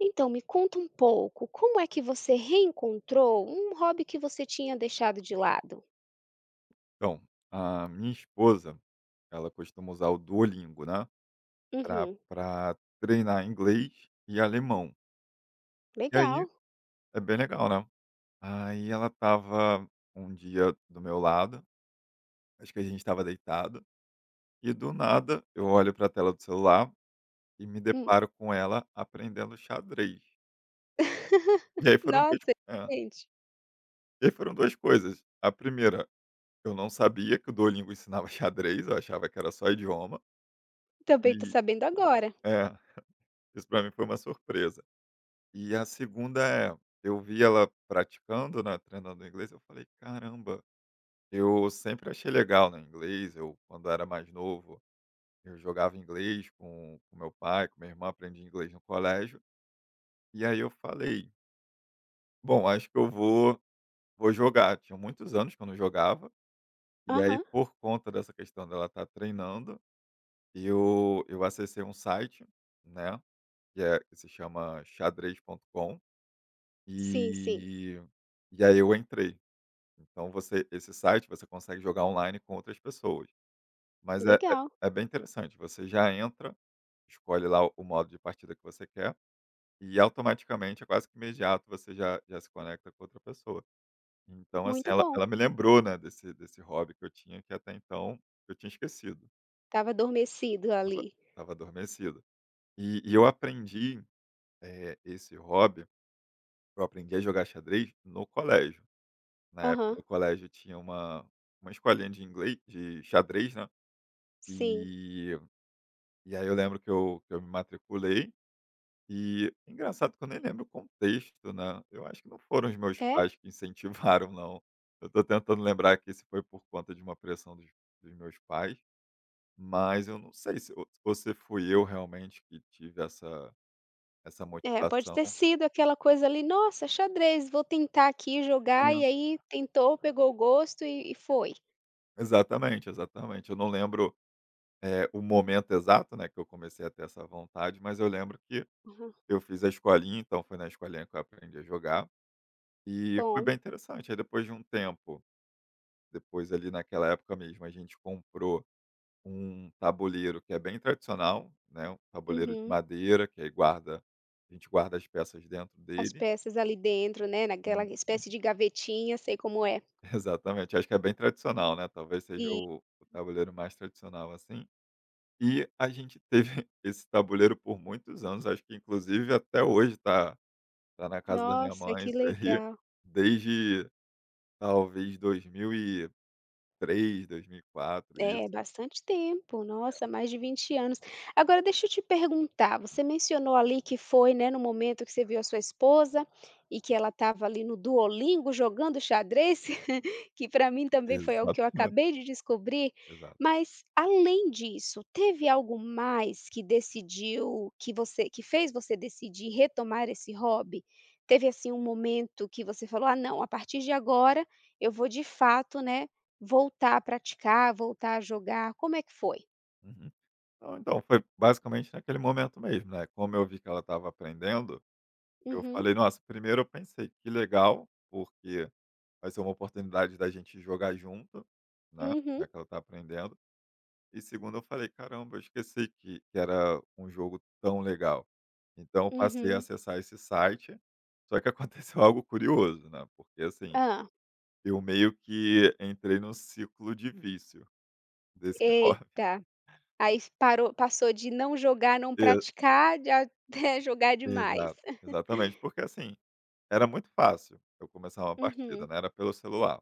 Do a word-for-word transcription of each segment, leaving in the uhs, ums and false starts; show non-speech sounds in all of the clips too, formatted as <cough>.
Então, me conta um pouco, como é que você reencontrou um hobby que você tinha deixado de lado? Então, a minha esposa, ela costuma usar o Duolingo, né, pra Uhum, pra treinar inglês e alemão. E aí legal. é bem legal, né. Aí ela tava um dia do meu lado, acho que a gente estava deitado, e do nada eu olho pra tela do celular e me Hum. deparo com ela aprendendo xadrez. E <laughs> aí foram 2 Nossa, é, diferente. e aí foram duas coisas. A primeira, eu não sabia que o Duolingo <laughs> ensinava xadrez, eu achava que era só idioma, Também tô e sabendo agora. é, isso pra mim foi uma surpresa. E a segunda é, eu vi ela praticando, né, treinando inglês, eu falei: "Caramba, eu sempre achei legal, né, inglês". Eu, quando era mais novo, eu jogava inglês com com meu pai, com minha irmã, aprendi inglês no colégio. E aí eu falei: "Bom, acho que eu vou vou jogar". Tinha muitos anos que eu não jogava, e aí Aham, por conta dessa questão dela estar treinando, eu eu acessei um site, né, que é que se chama xadrez ponto com, sim, sim. e e aí eu entrei. Então você esse site você consegue jogar online com outras pessoas. Mas é é Legal, é bem interessante, você já entra, escolhe lá o o modo de partida que você quer, e automaticamente é quase que imediato você já já se conecta com outra pessoa. Então assim, muito ela bom. ela me lembrou, né, desse desse hobby que eu tinha que até então eu tinha esquecido, Tava adormecido estava ali. estava adormecido. E e eu aprendi, eh, esse hobby, eu aprendi a jogar xadrez no colégio. Na época Aham, do colégio tinha uma uma escolinha de inglês de xadrez, né. sim. E e aí eu lembro que eu que eu me matriculei e engraçado que eu nem lembro o contexto, né, eu acho que não foram os meus É? pais que incentivaram não. Eu tô tentando lembrar aqui se foi por conta de uma pressão dos dos meus pais, mas eu não sei se ou ou se fui eu realmente que tive essa essa É, pode motivação. ter sido aquela coisa ali, nossa, xadrez, vou tentar aqui jogar, É, e aí tentou, pegou o gosto e, e foi. exatamente, exatamente. Eu não lembro, eh, o momento exato, né, que eu comecei a ter essa vontade, mas eu lembro que Aham, eu fiz a escolinha, então foi na escolinha que eu aprendi a jogar. E foi bom. bem interessante, aí depois de um tempo, depois ali naquela época mesmo, a gente comprou um tabuleiro que é bem tradicional, né, um tabuleiro de Uhum. madeira que aí guarda a gente guarda as peças dentro As dele. peças ali dentro, né, naquela Uhum. <laughs> espécie de gavetinha, sei como é. Exatamente, acho que é bem tradicional, né, talvez seja E o o tabuleiro mais tradicional, assim. E a gente teve <laughs> esse tabuleiro por muitos anos, acho que inclusive até hoje tá tá na casa da minha nossa, mãe que isso aí, legal. desde talvez dois mil e três, dois mil e quatro, É, isso. bastante tempo. Nossa, mais de vinte anos. Agora deixa eu te perguntar, você mencionou ali que foi, né, no momento que você viu a sua esposa e que ela estava ali no Duolingo jogando xadrez, <laughs> que para mim também foi algo que eu Exatamente, acabei de descobrir. exato. Mas além disso, teve algo mais que decidiu que você que fez você decidir retomar esse hobby? Teve, assim, um momento que você falou: "Ah, não, a partir de agora eu vou de fato, né, voltar a praticar, voltar a jogar, como é que foi?" Uhum. Não, então foi basicamente naquele momento mesmo, né, como eu vi que ela estava aprendendo, eu Uhum, falei: "Nossa", primeiro eu pensei: "Que legal, porque vai ser uma oportunidade da gente jogar junto, né, uhum, já que ela está aprendendo". E segundo eu falei: "Caramba, eu esqueci que que era um jogo tão legal". Então eu passei a uhum. acessar esse site, só que aconteceu <laughs> algo curioso, né, porque, assim, Hã, eu meio que entrei num ciclo de vício. Desenvolve. eita, aí parou, passou de não jogar, não <laughs> praticar, de até <laughs> jogar E demais. exato, exatamente, porque assim, era muito fácil eu começar uma partida, Uhum, né, era pelo celular.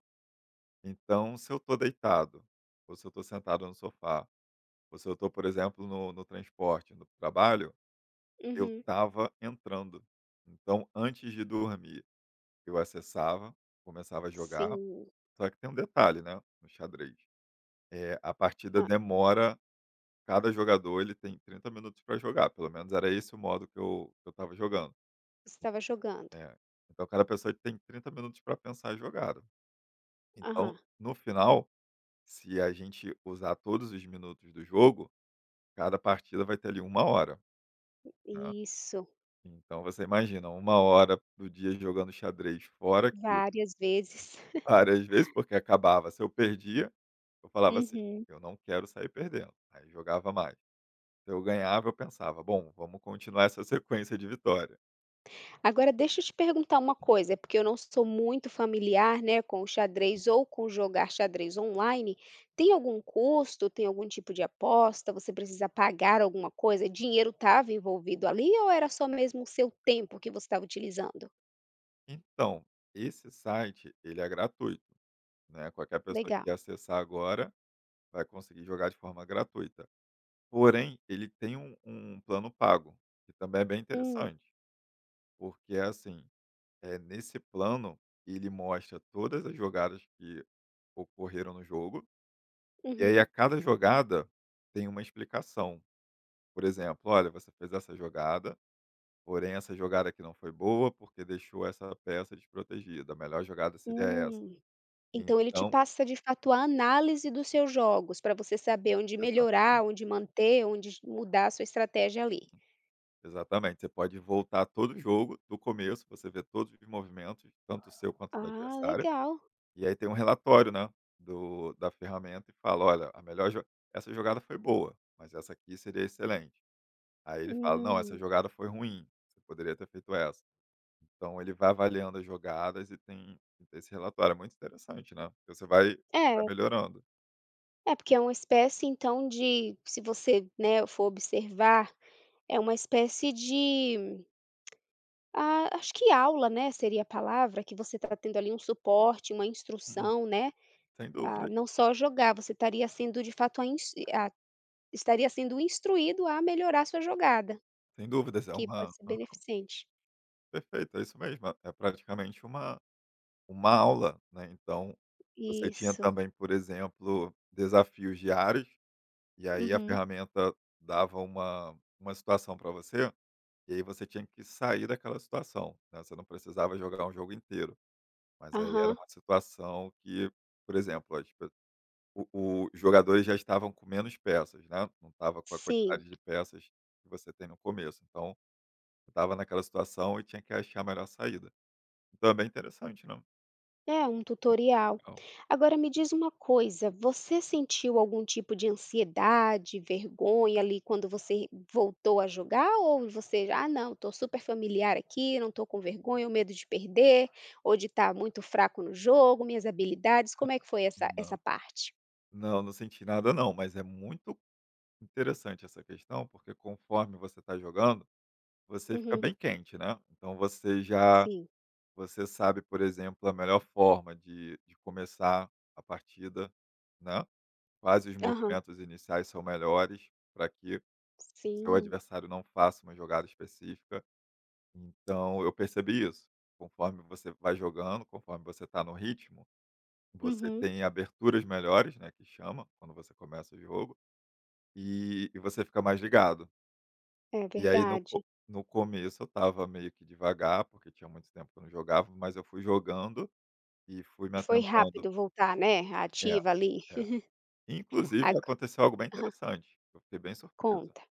Então, se eu tô deitado, ou se eu tô sentado no sofá, ou se eu tô, por exemplo, no no transporte, no trabalho, eu uhum. estava entrando. Então, antes de dormir, eu acessava, começava a jogar, Sim. só que tem um detalhe, né, no xadrez, eh, a partida Hã, demora cada jogador ele tem trinta minutos para jogar, pelo menos era esse o modo que eu que eu estava jogando. você estava jogando. É. Então cada pessoa tem trinta minutos para pensar a jogada. Então, Aham, no final, se a gente usar todos os minutos do jogo, cada partida vai ter ali uma hora, né. isso, Então você imagina uma hora do dia jogando xadrez, fora que várias vezes. várias vezes, porque acabava, se eu perdia, eu falava assim: Uhum. "Eu não quero sair perdendo", aí jogava mais. Se eu ganhava, eu pensava: "Bom, vamos continuar essa sequência de vitória". Agora deixa eu te perguntar uma coisa, porque eu não sou muito familiar, né, com o xadrez ou com jogar xadrez online. Tem algum custo? Tem algum tipo de aposta? Você precisa pagar alguma coisa? Dinheiro estava envolvido ali ou era só mesmo o seu tempo que você estava utilizando? Então, esse site ele é gratuito, né, qualquer pessoa que Legal. acessar agora vai conseguir jogar de forma gratuita. Porém, ele tem um um plano pago, que também é bem Hum, interessante, porque é assim, é nesse plano, ele mostra todas as jogadas que ocorreram no jogo, e aí a uhum, cada jogada tem uma explicação. Por exemplo: "Olha, você fez essa jogada, porém essa jogada aqui não foi boa, porque deixou essa peça desprotegida, a melhor jogada seria essa". hum. Então ele te Então passa de fato a análise dos seus jogos, para você saber onde melhorar, exatamente. onde manter, onde mudar a sua estratégia ali. Exatamente, você pode voltar todo o jogo do começo, você vê todos os movimentos, tanto o seu quanto do Ah, adversário, legal. e aí tem um relatório, né, do da ferramenta e fala: "Olha, a melhor jo essa jogada foi boa, mas essa aqui seria excelente". Aí ele fala: "Não, essa Hum. jogada foi ruim, você poderia ter feito essa". Então ele vai avaliando as jogadas e tem e tem esse relatório, é muito interessante, né, porque você vai vai É. melhorando. É, porque é uma espécie então de, se você, né, for observar, é uma espécie de, ah, acho que aula, né, seria a palavra, que você está tendo ali um suporte, uma Uhum. instrução, né, Sem ah, dúvidas, não só jogar, você estaria sendo de fato a ins a estaria sendo instruído a melhorar sua jogada, sem dúvidas, é que pode uma ser aham, beneficente. perfeito, é isso mesmo, é praticamente uma Uma aula, né, então, você tinha Isso. também, por exemplo, desafios diários, e aí a Uhum. ferramenta dava uma uma situação para você, e aí você tinha que sair daquela situação, né, você não precisava jogar um jogo inteiro, mas aí era Aham. uma situação que, por exemplo, as pe o o os jogadores já estavam com menos peças, né, não estava com a Sim. quantidade de peças que você tem no começo, então, estava naquela situação e tinha que achar a melhor saída. Então é bem interessante, não? É, um tutorial. Legal. Agora me diz uma coisa, você sentiu algum tipo de ansiedade, vergonha ali quando você voltou a jogar? Ou você, ah, não, estou super familiar aqui, não estou com vergonha, ou medo de perder, ou de estar muito fraco no jogo, minhas habilidades, como é que foi essa, Não. essa parte? Não, não senti nada não, mas é muito interessante essa questão, porque conforme você está jogando, você fica Uhum, bem quente, né. Então você já sim. você sabe, por exemplo, a melhor forma de de começar a partida, né, quais os Aham, movimentos iniciais são melhores para que o seu sim. adversário não faça uma jogada específica. Então eu percebi isso. Conforme você vai jogando, conforme você está no ritmo, você Uhum, tem aberturas melhores, né, que chama, quando você começa o jogo. E e você fica mais ligado. é E aí no co verdade. No começo eu estava meio que devagar, porque tinha muito tempo que eu não jogava, mas eu fui jogando e fui me E foi atentando. rápido voltar, né? É, Ativa ali. é. Inclusive Ag- aconteceu algo bem interessante, eu fiquei bem surpreso. conta.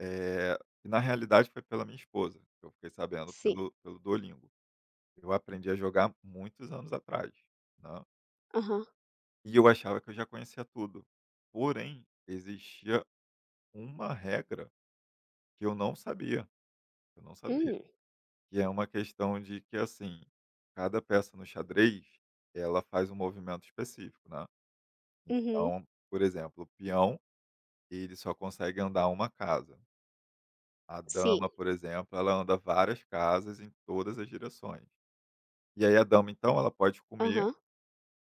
é e na realidade foi pela minha esposa, que eu fiquei sabendo Sim. pelo pelo Duolingo. Eu aprendi a jogar muitos anos atrás, né, Aham. e eu achava que eu já conhecia tudo. Porém, existia uma regra que eu não sabia, eu não sabia. Hum, Que é uma questão de que, assim, cada peça no xadrez, ela faz um movimento específico, né. uhum. Então, por exemplo, o peão, ele só consegue andar uma casa. A dama, Sim. por exemplo, ela anda várias casas em todas as direções. E aí a dama, então, ela pode comer Aham.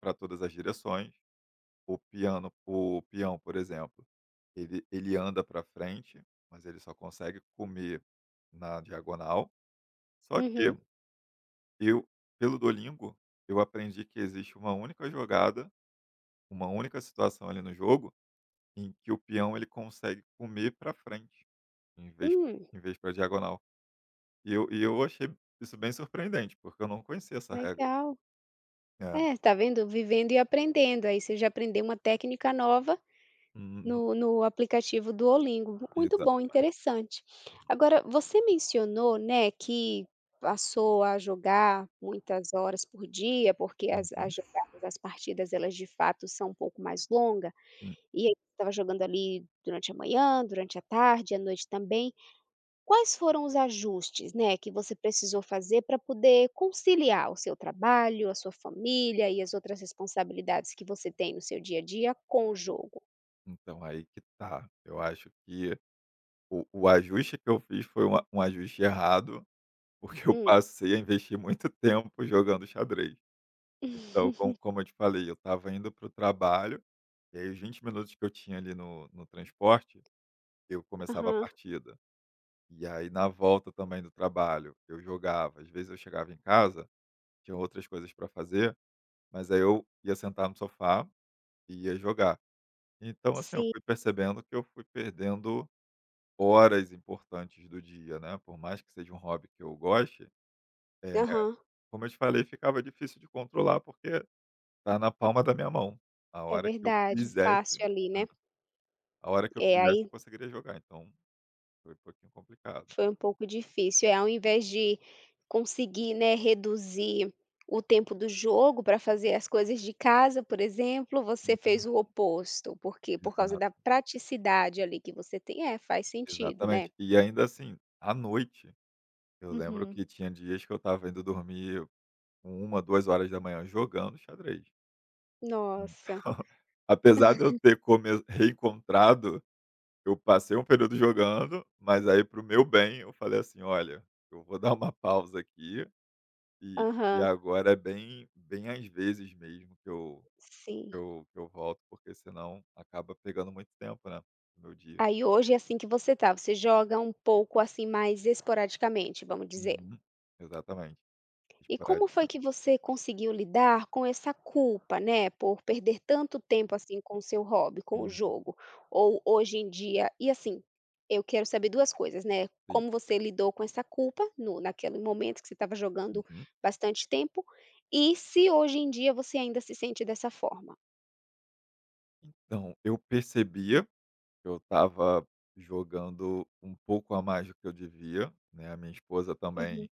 para todas as direções. O piano o peão, por exemplo, ele ele anda para frente, mas ele só consegue comer na diagonal. Só que Uhum. eu, pelo Duolingo, eu aprendi que existe uma única jogada, uma única situação ali no jogo, em que o peão ele consegue comer para frente, em vez, Hum, em vez para diagonal. E eu, e eu achei isso bem surpreendente, porque eu não conhecia essa regra. legal. É. É, tá vendo? Vivendo e aprendendo. Aí você já aprendeu uma técnica nova Uhum, no no aplicativo do Duolingo. Muito bom, exatamente. interessante. Agora, você mencionou, né, que passou a jogar muitas horas por dia, porque as Uhum, as jogadas, as partidas, elas de fato são um pouco mais longas. sim. E aí você estava jogando ali durante a manhã, durante a tarde, à noite também. Quais foram os ajustes, né, que você precisou fazer para poder conciliar o seu trabalho, a sua família e as outras responsabilidades que você tem no seu dia a dia com o jogo? Então aí que tá. Eu acho que o, o ajuste que eu fiz foi um, a- um ajuste errado, porque eu Hum. passei a investir muito tempo jogando xadrez. Então, <laughs> como como eu te falei, eu estava indo para o trabalho, e aí os vinte minutos que eu tinha ali no no transporte, eu começava a Aham. partida. E aí na volta também do trabalho, eu jogava. Às vezes eu chegava em casa, tinha outras coisas para fazer, mas aí eu ia sentar no sofá e ia jogar. Então, assim, eu Sim. fui percebendo que eu fui perdendo horas importantes do dia, né, por mais que seja um hobby que eu goste, eh, Aham. como eu te falei, ficava difícil de controlar porque tá na palma da minha mão. A É hora que eu Hum. verdade, quisesse fácil ali, hã, né. a hora que eu É, quisesse eu aí conseguiria jogar, então foi um pouquinho complicado. foi um pouco difícil. É ao invés de conseguir, né, reduzir o tempo do jogo para fazer as coisas de casa, por exemplo, você Uhum, fez o oposto, porque por causa exato, da praticidade ali que você tem. É, faz sentido, né. exatamente. E ainda assim, à noite, eu lembro Uhum. que tinha dias que eu estava indo dormir uma duas horas da manhã jogando xadrez. <laughs> Nossa. Então, apesar de eu ter come reencontrado, eu passei um período jogando, mas aí para o meu bem eu falei assim: "Olha, eu vou dar uma pausa aqui". E e Aham. agora é bem bem às vezes mesmo que eu que Sim. eu que eu volto, porque senão acaba pegando muito tempo, né, do meu dia. Aí hoje é assim que você tá, você joga um pouco, assim, mais esporadicamente, vamos dizer? Uhum. Exatamente, E como foi esporadicamente. que você conseguiu lidar com essa culpa, né, por perder tanto tempo, assim, com o seu hobby, com o Hum. jogo? Ou hoje em dia e assim, eu quero saber duas coisas, né, Sim. como você lidou com essa culpa no naquele momento que você estava jogando Uhum. bastante tempo, e se hoje em dia você ainda se sente dessa forma? Então, eu percebia que eu estava jogando um pouco a mais do que eu devia, né, a minha esposa também Uhum.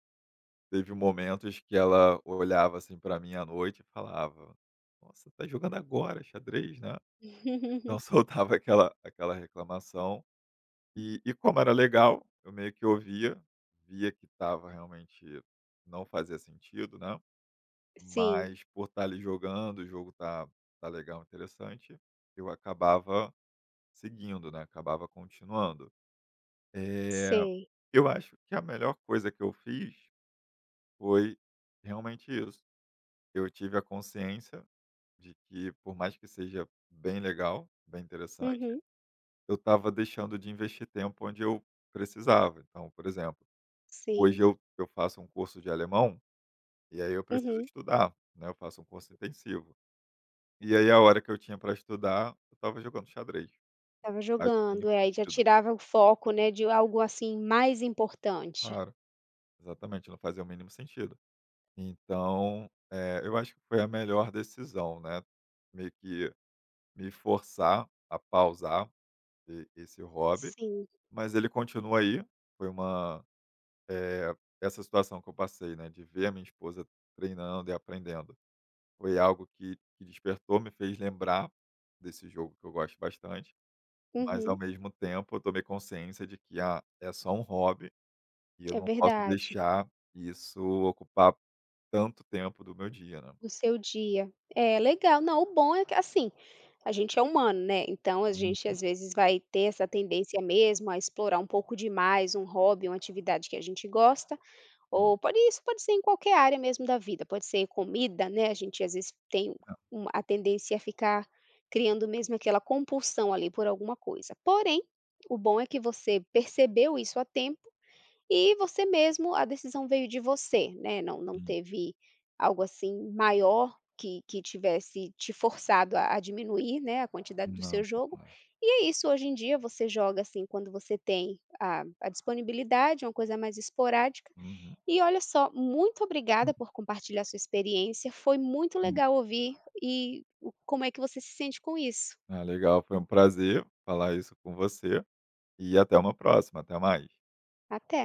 teve momentos que ela olhava, assim, para mim à noite e falava: "Nossa, tá jogando agora xadrez, né?" Então <laughs> <laughs> soltava aquela aquela reclamação. E e como era legal, eu meio que ouvia, via que estava realmente não fazia sentido, né, Sim, mas por estar ali jogando, o jogo tá tá legal, interessante, eu acabava seguindo, né, acabava continuando. Eh, sei. eu acho que a melhor coisa que eu fiz foi realmente isso, eu tive a consciência de que por mais que seja bem legal, bem interessante, Uhum, eu estava deixando de investir tempo onde eu precisava. Então, por exemplo, hoje sim. eu eu faço um curso de alemão, e aí eu preciso Uhum. estudar, né, eu faço um curso intensivo. E aí a hora que eu tinha para estudar, eu estava jogando xadrez, Estava faz o jogando, mínimo é, aí já sentido. tirava o foco, né, de algo, assim, mais importante. Claro, exatamente, não fazia o mínimo sentido. Então, eh, eu acho que foi a melhor decisão, né, meio que me forçar a pausar e esse hobby, Sim. mas ele continua aí, foi uma eh, essa situação que eu passei, né, de ver a minha esposa treinando e aprendendo. Foi algo que que despertou, me fez lembrar desse jogo que eu gosto bastante, mas ao Uhum, mesmo tempo eu tomei consciência de que, ah, é só um hobby e eu é não posso verdade, deixar isso ocupar tanto tempo do meu dia, né. no seu dia. É, legal. Não, o bom é que, assim, a gente é humano, né, então a Hum, gente às vezes vai ter essa tendência mesmo a explorar um pouco demais um hobby, uma atividade que a gente gosta, sim, ou pode, isso pode ser em qualquer área mesmo da vida, pode ser comida, né, a gente às vezes tem um, uma a tendência a ficar criando mesmo aquela compulsão ali por alguma coisa. Porém, o bom é que você percebeu isso a tempo. E você mesmo, a decisão veio de você, né, não não sim. teve algo, assim, maior que que tivesse te forçado a a diminuir, né, a quantidade do Não, seu não jogo. é. E é isso, hoje em dia você joga, assim, quando você tem a a disponibilidade, uma coisa mais esporádica. Uhum. E olha só, muito Sim. obrigada por compartilhar sua experiência, foi muito Sim. legal ouvir e o como é que você se sente com isso. Ah, legal, foi um prazer falar isso com você e até uma próxima, até mais. Até.